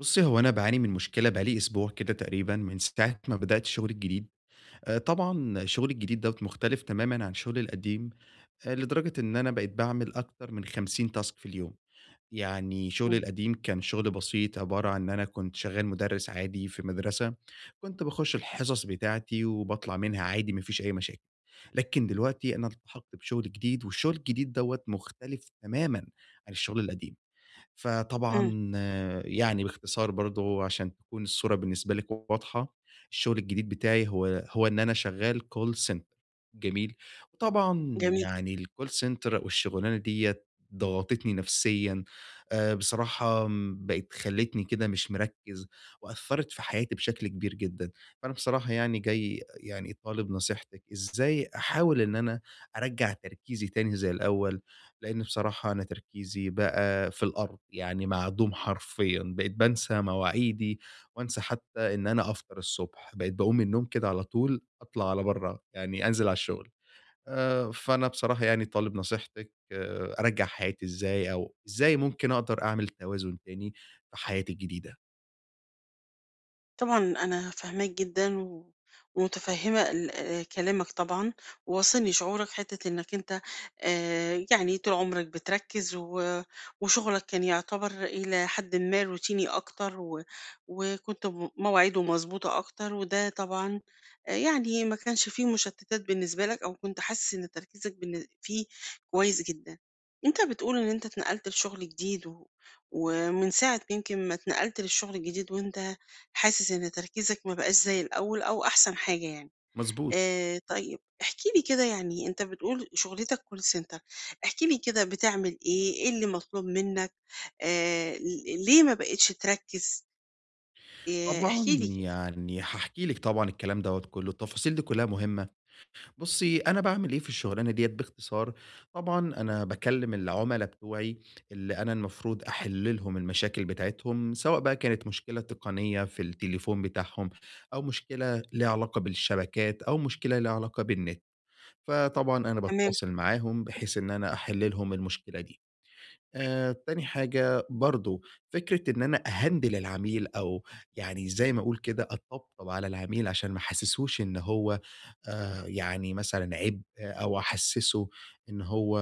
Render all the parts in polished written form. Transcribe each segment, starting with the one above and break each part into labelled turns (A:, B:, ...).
A: بُصّي، هو أنا باعاني من مشكلة بقى لي أسبوع كده تقريبًا من ساعة ما بدأت شغلي الجديد. طبعًا شغلي الجديد دوّة مختلف تمامًا عن شغلي القديم، لدرجة إن أنا بقيت باعمل أكتر من 50 تاسك في اليوم. يعني شغلي
B: إمم،
A: القديم كان شغل بسيط، عبارة عن إن أنا كنت شغّال مُدرِّس عادي في مدرسة، كنت باخُش الحصص بتاعتي وباطلع منها عادي ما فيش أي مشاكل. لكن دلوقتي أنا التحقت بشغل جديد والشغل الجديد دوّة مختلف تمامًا عن الشغل القديم.
B: إمم،
A: فطبعًا يعني باختصار برضه عشان تكون الصورة بالنسبة لِك واضحة، الشغل الجديد بتاعي هو إن أنا شغال call center جميل، وطبعًا
B: جميل.
A: يعني الcall center والشغلانة ديّة ضغطتني نفسيًا، بصراحة م بقت خلّتني كده مش مركّز، وأثّرت في حياتي بشكل كبير جدًا، فأنا بصراحة يعني جاي يعني طالب نصيحتِك إزاي أحاول إن أنا أرجّع تركيزي تاني زي الأول؟ لإن بصراحة أنا تركيزي بقى في الأرض، يعني معدوم حرفيًا، بقيت بانسى مواعيدي وانسى حتى إن أنا أفطر الصبح، بقيت باقوم من النوم كده على طول أطلع على برّه، يعني أنزل على الشغل. فأنا بصراحة يعني طالب نصيحتِك آه، أرجّع حياتي إزاي أو إزاي ممكن أقدر أعمل توازن تاني في حياتي الجديدة؟
B: طبعًا أنا فاهماك جدًا و ومتفهمة ال كلامك طبعًا، وواصلني شعورك حتة إنك أنت يعني طول عمرك بتركز و وشغلك كان يعتبر إلى حدٍ ما روتيني أكتر و وكنت مواعيده مضبوطة أكتر، وده طبعًا يعني ما كانش فيه مشتتات بالنسبة لك أو كنت حاسس إن تركيزك فيه كويس جدًا. أنت بتقول إن أنت اتنقلت لشغل جديد و ومن ساعة يمكن ما اتنقلت للشغل الجديد وأنت حاسس إن تركيزك ما بقاش زي الأول أو أحسن حاجة يعني.
A: مضبوط،
B: طيب احكِ لي كده يعني أنت بتقول شُغلتك call center، احكِ لي كده بتعمل إيه، إيه اللي مطلوب منّك، ل ليه ما بقيتش تركّز، احكِ
A: طبعًا
B: لي كده.
A: يعني هاحكي لِك طبعًا الكلام دوّة كُلّه، التفاصيل دي كُلّها مهمة. بُصّي، أنا باعمل إيه في الشغلانة ديّة باختصار، طبعًا أنا باكلّم العُملا بتوعي اللي أنا المفروض أحِل لهم المشاكل بتاعتهم، سواء بقى كانت مشكلة تقنية في التليفون بتاعهم أو مشكلة ليها علاقة بالشبكات أو مشكلة ليها علاقة بالنت، فطبعًا أنا
B: تمام،
A: باتواصل معاهم بحيث إن أنا أحِل لهم المشكلة دي. تاني حاجة برضه فكرة إن أنا أهندل العميل أو يعني زي ما أقول كده أطبطب على العميل عشان ما أحسسهوش إن هو يعني مثلًا عبء أو أحسسه إن هو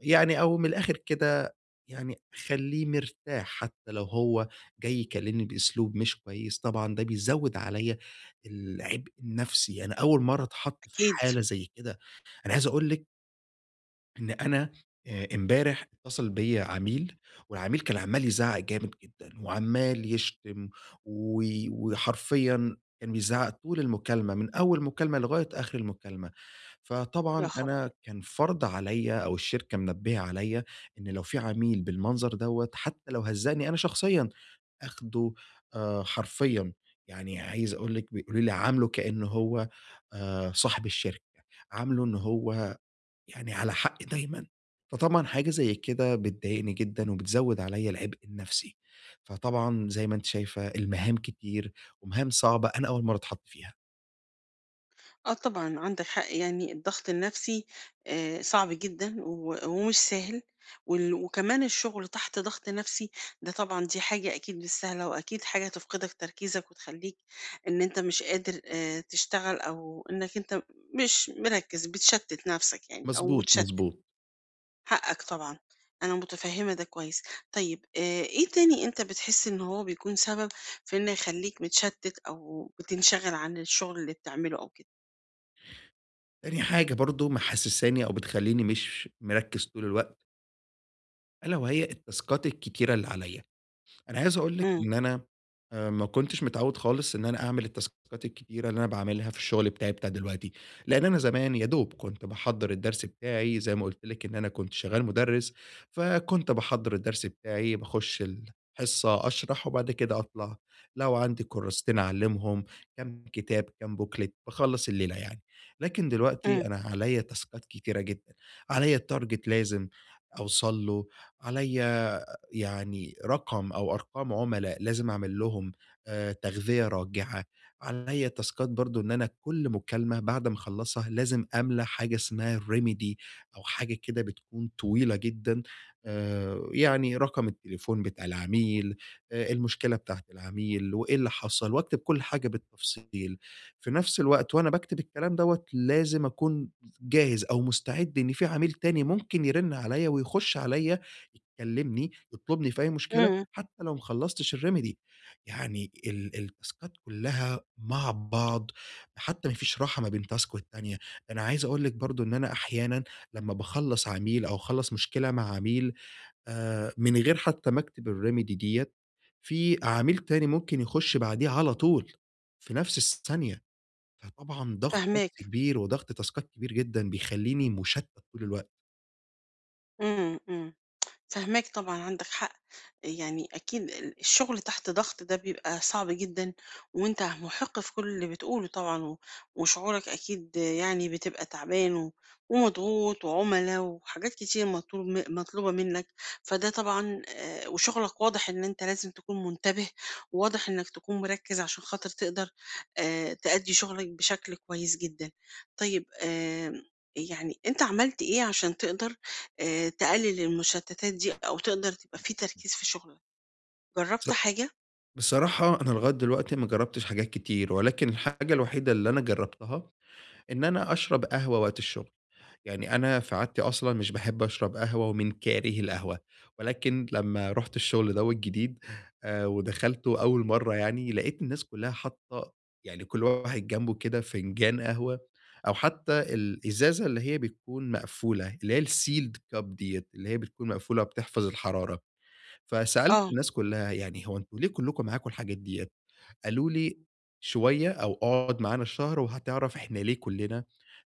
A: يعني أو من الآخر كده يعني أخلّيه مرتاح حتى لو هو جاي يكلمني بأسلوب مش كويس، طبعًا ده بيزود عليَّ العبء النفسي، أنا أول مرة أتحط في
B: أكيد.
A: حالة زي كده، أنا عايز أقول لِك إن أنا امبارح اتصل بيّا عميل، والعميل كان عمّال يزعّق جامد جدًا، وعمّال يشتم و وحرفيًا كان بيزعّق طول المكالمة، من أول مكالمة لغاية آخر المكالمة.
B: يا
A: فطبعًا
B: خبر!
A: أنا كان فرض عليّا أو الشركة منبّهة عليّا إن لو في عميل بالمنظر دوّة، حتى لو هزّقني أنا شخصيًا، آخده حرفيًا، يعني عايز أقول لِك بيقولوا لي: "عامله كإنه هو صاحب الشركة، عامله إن هو يعني على حق دايمًا، فطبعًا حاجة زي كده بتضايقني جدًا وبتزوّد عليَّ العبء النفسي، فطبعًا زي ما أنتِ شايفة المهام كتير ومهام صعبة أنا أول مرة أتحط فيها.
B: آه طبعًا عندك حق، يعني الضغط النفسي صعب جدًا و ومش سهل، وكمان الشغل تحت ضغط نفسي ده طبعًا دي حاجة أكيد مش سهلة، وأكيد حاجة تفقدك تركيزك وتخلّيك إن أنت مش قادر تشتغل أو إنك أنت مش مركّز، بتشتِّت نفسك يعني أو
A: مضبوط،
B: متشتِّت،
A: مضبوط.
B: حقك طبعًا، أنا متفهّمة ده كويس. طيب إيه تاني أنت بتحس إن هو بيكون سبب في إنه يخلّيك متشتِّت أو بتنشغل عن الشغل اللي بتعمله أو كده؟
A: تاني حاجة برضه محسّساني أو بتخلّيني مش مركّز طول الوقت، ألا وهي التاسكات الكتيرة اللي عليَّ. أنا عايز أقول لِك
B: إمم،
A: إن أنا ما كنتش متعوّد خالص إن أنا أعمل التاسكات الكتيرة اللي أنا باعملها في الشغل بتاعي بتاع دلوقتي، لإن أنا زمان يا دوب كنت باحضّر الدرس بتاعي زي ما قُلت لِك إن أنا كنت شغّال مُدرِّس، فكنت باحضّر الدرس بتاعي، باخُش الحصة أشرح وبعد كده أطلع، لو عندي كُرّاستين أعلّمهم، كام كتاب، كام booklet، باخلّص الليلة يعني. لكن دلوقتي
B: إمم.
A: أنا عليّا تاسكات كتيرة جدًا، عليّا target لازم أوصل له، عليّا يعني رقم أو أرقام عُملاء لازم أعمل لهم تغذية راجعة، عليّا تاسكات برضه إن أنا كل مكالمة بعد ما أخلّصها لازم أملى حاجة اسمها remedy أو حاجة كده بتكون طويلة جدًا، يعني رقم التليفون بتاع العميل، المشكلة بتاعة العميل وإيه اللي حصل وأكتب كل حاجة بالتفصيل. في نفس الوقت وأنا باكتب الكلام دوّة لازم أكون جاهز أو مستعد إن في عميل تاني ممكن يرن عليّا ويخُش عليّا يكلمني، يطلبني في أي مشكلة،
B: إمم،
A: حتى لو ما خلّصتش الريميدي، يعني التاسكات كلّها مع بعض، حتى ما فيش راحة ما بين تاسك والتانية، أنا عايز أقول لِك برضه إن أنا أحيانًا لمّا باخلّص عميل أو أخلّص مشكلة مع عميل من غير حتى ما اكتب الريميدي ديّة، في عميل تاني ممكن يخش بعديه على طول، في نفس الثانية، فطبعًا ضغط نفسي
B: فاهماك،
A: كبير وضغط تاسكات كبير جدًا، بيخلّيني مشتت طول الوقت.
B: إمم، إمم. فاهماك طبعًا، عندك حق، يعني أكيد الشغل تحت ضغط ده بيبقى صعب جدًا، وأنت مُحِق في كل اللي بتقوله طبعًا، و وشعورك أكيد يعني بتبقى تعبان و ومضغوط وعُملا وحاجات كتير مطلوبة منك، فده طبعًا وشغلك واضح إن أنت لازم تكون منتبه، وواضح إنك تكون مركّز عشان خاطر تقدر تأدّي شغلك بشكل كويس جدًا. طيب يعني أنت عملت إيه عشان تقدر تقلل المشتتات دي أو تقدر تبقى في تركيز في شغلك، جرّبت حاجة؟
A: بصراحة أنا لغاية دلوقتي ما جرّبتش حاجات كتير، ولكن الحاجة الوحيدة اللي أنا جرّبتها، إن أنا أشرب قهوة وقت الشغل، يعني أنا في عادتي أصلًا مش باحب أشرب قهوة ومن كاره القهوة، ولكن لمّا رُحت الشغل دوّة الجديد ودخلته أول مرّة يعني، لقيت الناس كلّها حاطّة يعني كل واحد جنبه كده فنجان قهوة، أو حتى الإزازة اللي هي بتكون مقفولة، اللي هي الsealed cup ديّة، اللي هي بتكون مقفولة وبتحفظ الحرارة، فسألت
B: آه،
A: الناس كلّها يعني هو أنتم ليه كلّكم معاكم الحاجات ديّة؟ قالوا لي: "شوية أو اقعد معانا الشهر وهتعرف إحنا ليه كُلّنا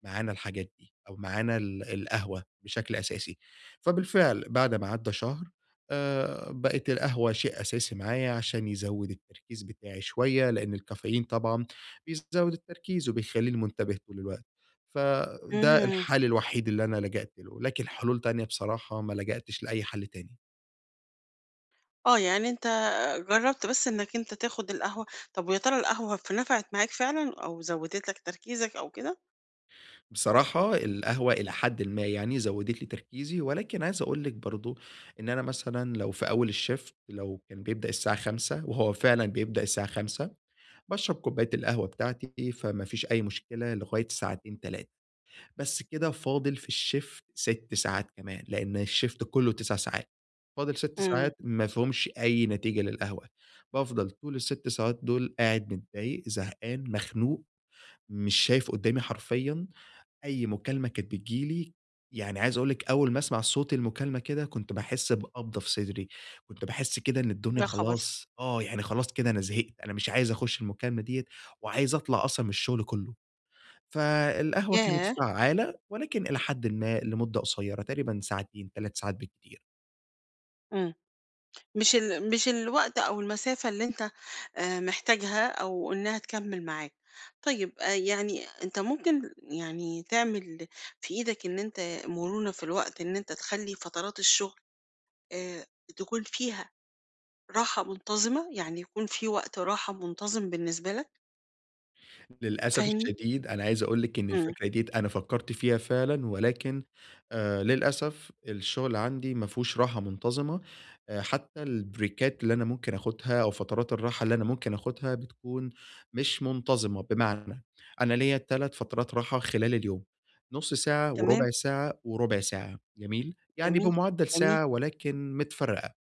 A: معانا الحاجات دي أو معانا القهوة بشكل أساسي." فبالفعل بعد ما عدّى شهر بقت القهوة شيء أساسي معايا عشان يزوّد التركيز بتاعي شوية، لإن الكافيين طبعًا بيزوّد التركيز وبيخلّيني منتبه طول الوقت. فده
B: إمم،
A: الحل الوحيد اللي أنا لجأت له، لكن حلول تانية بصراحة ما لجأتش لأي حل تاني.
B: آه. يعني أنت جرّبت بس إنك أنت تاخد القهوة، طب ويا ترى القهوة نفعت معاك فعلًا أو زودت لك تركيزك أو كده؟
A: بصراحة القهوة إلى حدٍ ما يعني زوّدت لي تركيزي، ولكن عايز أقول لِك برضه إن أنا مثلًا لو في أول الshift لو كان بيبدأ الساعة 17:00 وهو فعلًا بيبدأ الساعة 17:00 باشرب كوباية القهوة بتاعتي، فما فيش أي مشكلة لغاية ساعتين، 3 بس كده فاضل في الshift 6 ساعات كمان، لإن الshift كلّه 9 ساعات، فاضل 6
B: إمم،
A: ساعات ما فيهمش أي نتيجة للقهوة، بافضل طول ال6 ساعات دول قاعد متضايق، زهقان، مخنوق، مش شايف قدّامي حرفيًا أي مكالمة كانت بتيجي لي، يعني عايز أقول لِك أول ما أسمع صوت المكالمة كده كنت باحس بقبضة في صدري، كنت باحس كده إن الدنيا
B: يا خبر!
A: خلاص يعني خلاص كده أنا زهقت، أنا مش عايز أخش المكالمة ديّة وعايز أطلع أصلًا من الشغل كلّه. فالقهوة كانت
B: ياه!
A: فعّالة ولكن إلى حدٍ ما لمدة قصيّرة، تقريبًا ساعتين، 3 ساعات بالكتير.
B: إمم، مش الوقت أو المسافة اللي أنت محتاجها أو إنها تكمّل معاك. طيب يعني أنت ممكن يعني تعمل في إيدك إن أنت مرونة في الوقت، إن أنت تخلّي فترات الشغل آآ تكون فيها راحة منتظمة، يعني يكون في وقت راحة منتظم بالنسبة لك،
A: للأسف
B: فاهمني؟
A: الشديد أنا عايز أقول لِك إن
B: إمم،
A: الفكرة ديّة أنا فكّرت فيها فعلًا، ولكن للأسف الشغل عندي ما فيهوش راحة منتظمة، حتى البريكات اللي أنا ممكن آخُدها أو فترات الراحة اللي أنا ممكن آخُدها بتكون مش منتظمة، بمعنى أنا ليّا 3 فترات راحة خلال اليوم، نُص ساعة
B: تمام،
A: وربع ساعة وربع ساعة، جميل؟ يعني
B: جميل،
A: بمعدّل
B: جميل،
A: ساعة ولكن متفرّقة.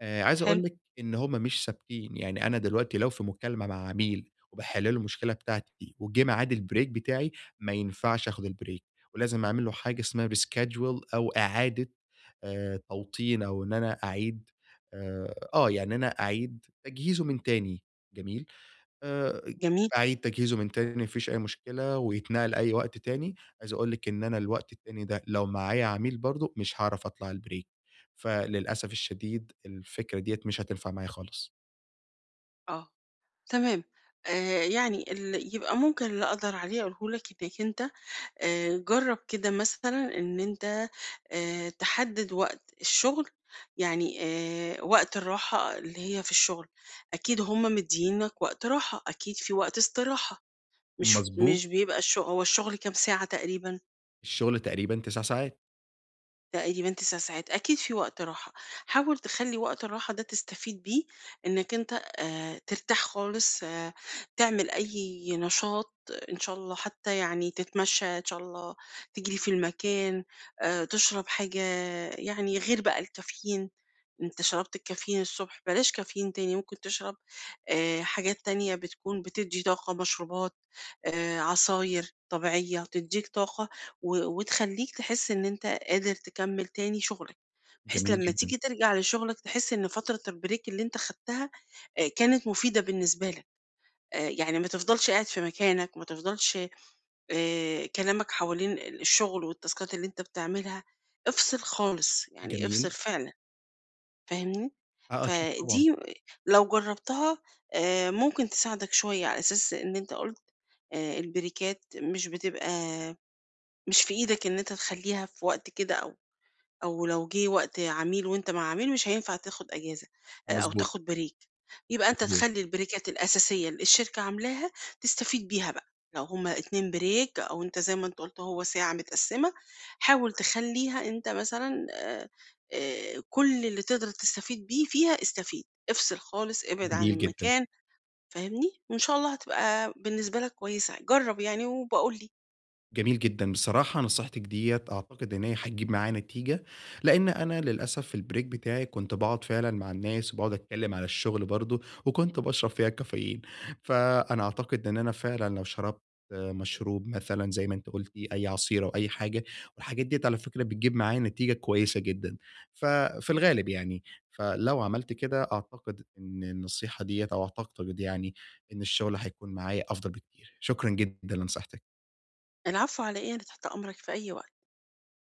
A: عايز أقول
B: حلو،
A: لِك إن هم مش ثابتين، يعني أنا دلوقتي لو في مكالمة مع عميل وباحل له المشكلة بتاعتي وجه ميعاد البريك بتاعي، ما ينفعش آخد البريك، ولازم أعمل له حاجة اسمها reschedule أو إعادة توطين أو إن أنا أعيد يعني إن أنا أعيد تجهيزه من تاني، جميل؟ آآ
B: جميل،
A: أعيد تجهيزه من تاني ما فيش أي مشكلة، ويتنقل أي وقت تاني، عايز أقول لِك إن أنا الوقت التاني ده لو معايا عميل برضه مش هاعرف أطلع الbreak، فللأسف الشديد الفكرة ديّة مش هتنفع معايا خالص.
B: آه، تمام. يعني يبقى ممكن اللي أقدر عليه أقوله لك إنك أنت جرّب كده مثلًا إن أنت تحدد وقت الشغل، يعني وقت الراحة اللي هي في الشغل، أكيد هُم مدّيينك وقت راحة، أكيد في وقت استراحة. مش
A: مضبوط،
B: مش بيبقى هو الشغل كام ساعة تقريبًا؟
A: الشغل تقريبًا 9 ساعات،
B: تقريبًا 9 ساعات، أكيد في وقت راحة، حاول تخلّي وقت الراحة ده تستفيد بيه إنك أنت ترتاح خالص، تعمل أي نشاط إن شاء الله حتى يعني تتمشى إن شاء الله، تجري في المكان، تشرب حاجة يعني غير بقى الكافيين، أنت شربت الكافيين الصبح بلاش كافيين تاني، ممكن تشرب حاجات تانية بتكون بتدّي طاقة، مشروبات، عصاير طبيعية تدّيك طاقة و وتخلّيك تحس إن أنت قادر تكمّل تاني شغلك، بحيث
A: جميل
B: لمّا
A: جدًا،
B: تيجي ترجع لشغلك تحس إن فترة الbreak اللي أنت خدتها كانت مفيدة بالنسبة لك، يعني ما تفضلش قاعد في مكانك، ما تفضلش كلامك حوالين الشغل والتاسكات اللي أنت بتعملها، افصل خالص، يعني افصل
A: جميل،
B: فعلًا، فاهمني؟
A: آه أكيد طبعًا،
B: فدي لو جرّبتها ممكن تساعدك شوية على أساس إن أنت قُلت البريكات مش في إيدك إن أنت تخلّيها في وقت كده أو لو جه وقت عميل وأنت مع عميل مش هينفع تاخد أجازة أو
A: مضبوط،
B: تاخد بريك، يبقى أنت
A: مضبوط،
B: تخلّي البريكات الأساسية اللي الشركة عاملاها تستفيد بيها بقى، لو هُم 2 بريك أو أنت زي ما أنت قُلت هو ساعة متقسمة، حاول تخلّيها أنت مثلًا كل اللي تقدر تستفيد بيه فيها استفيد، افصل خالص، ابعد عن
A: جميل جدًا.
B: المكان، فاهمني؟ وإن شاء الله هتبقى بالنسبة لك كويسة، جرّب يعني وابقى قُل لي.
A: جميل جدًا، بصراحة نصيحتك ديّة أعتقد إن هي هتجيب معايا نتيجة، لإن أنا للأسف في الbreak بتاعي كنت باقعد فعلًا مع الناس وباقعد أتكلم على الشغل برضه، وكنت باشرب فيها كافيين، فأنا أعتقد إن أنا فعلًا لو شربت مشروب مثلًا زي ما أنتِ قلتِ، أي عصير أو أي حاجة، والحاجات ديّة على فكرة بتجيب معايا نتيجة كويسة جدًا، ففي الغالب يعني، فلو عملت كده أعتقد إن النصيحة ديّة أو أعتقد يعني إن الشغل هيكون معايا أفضل بكتير، شكرًا جدًا لنصيحتِك.
B: العفو على إيه، أنا تحت أمرك في أي وقت.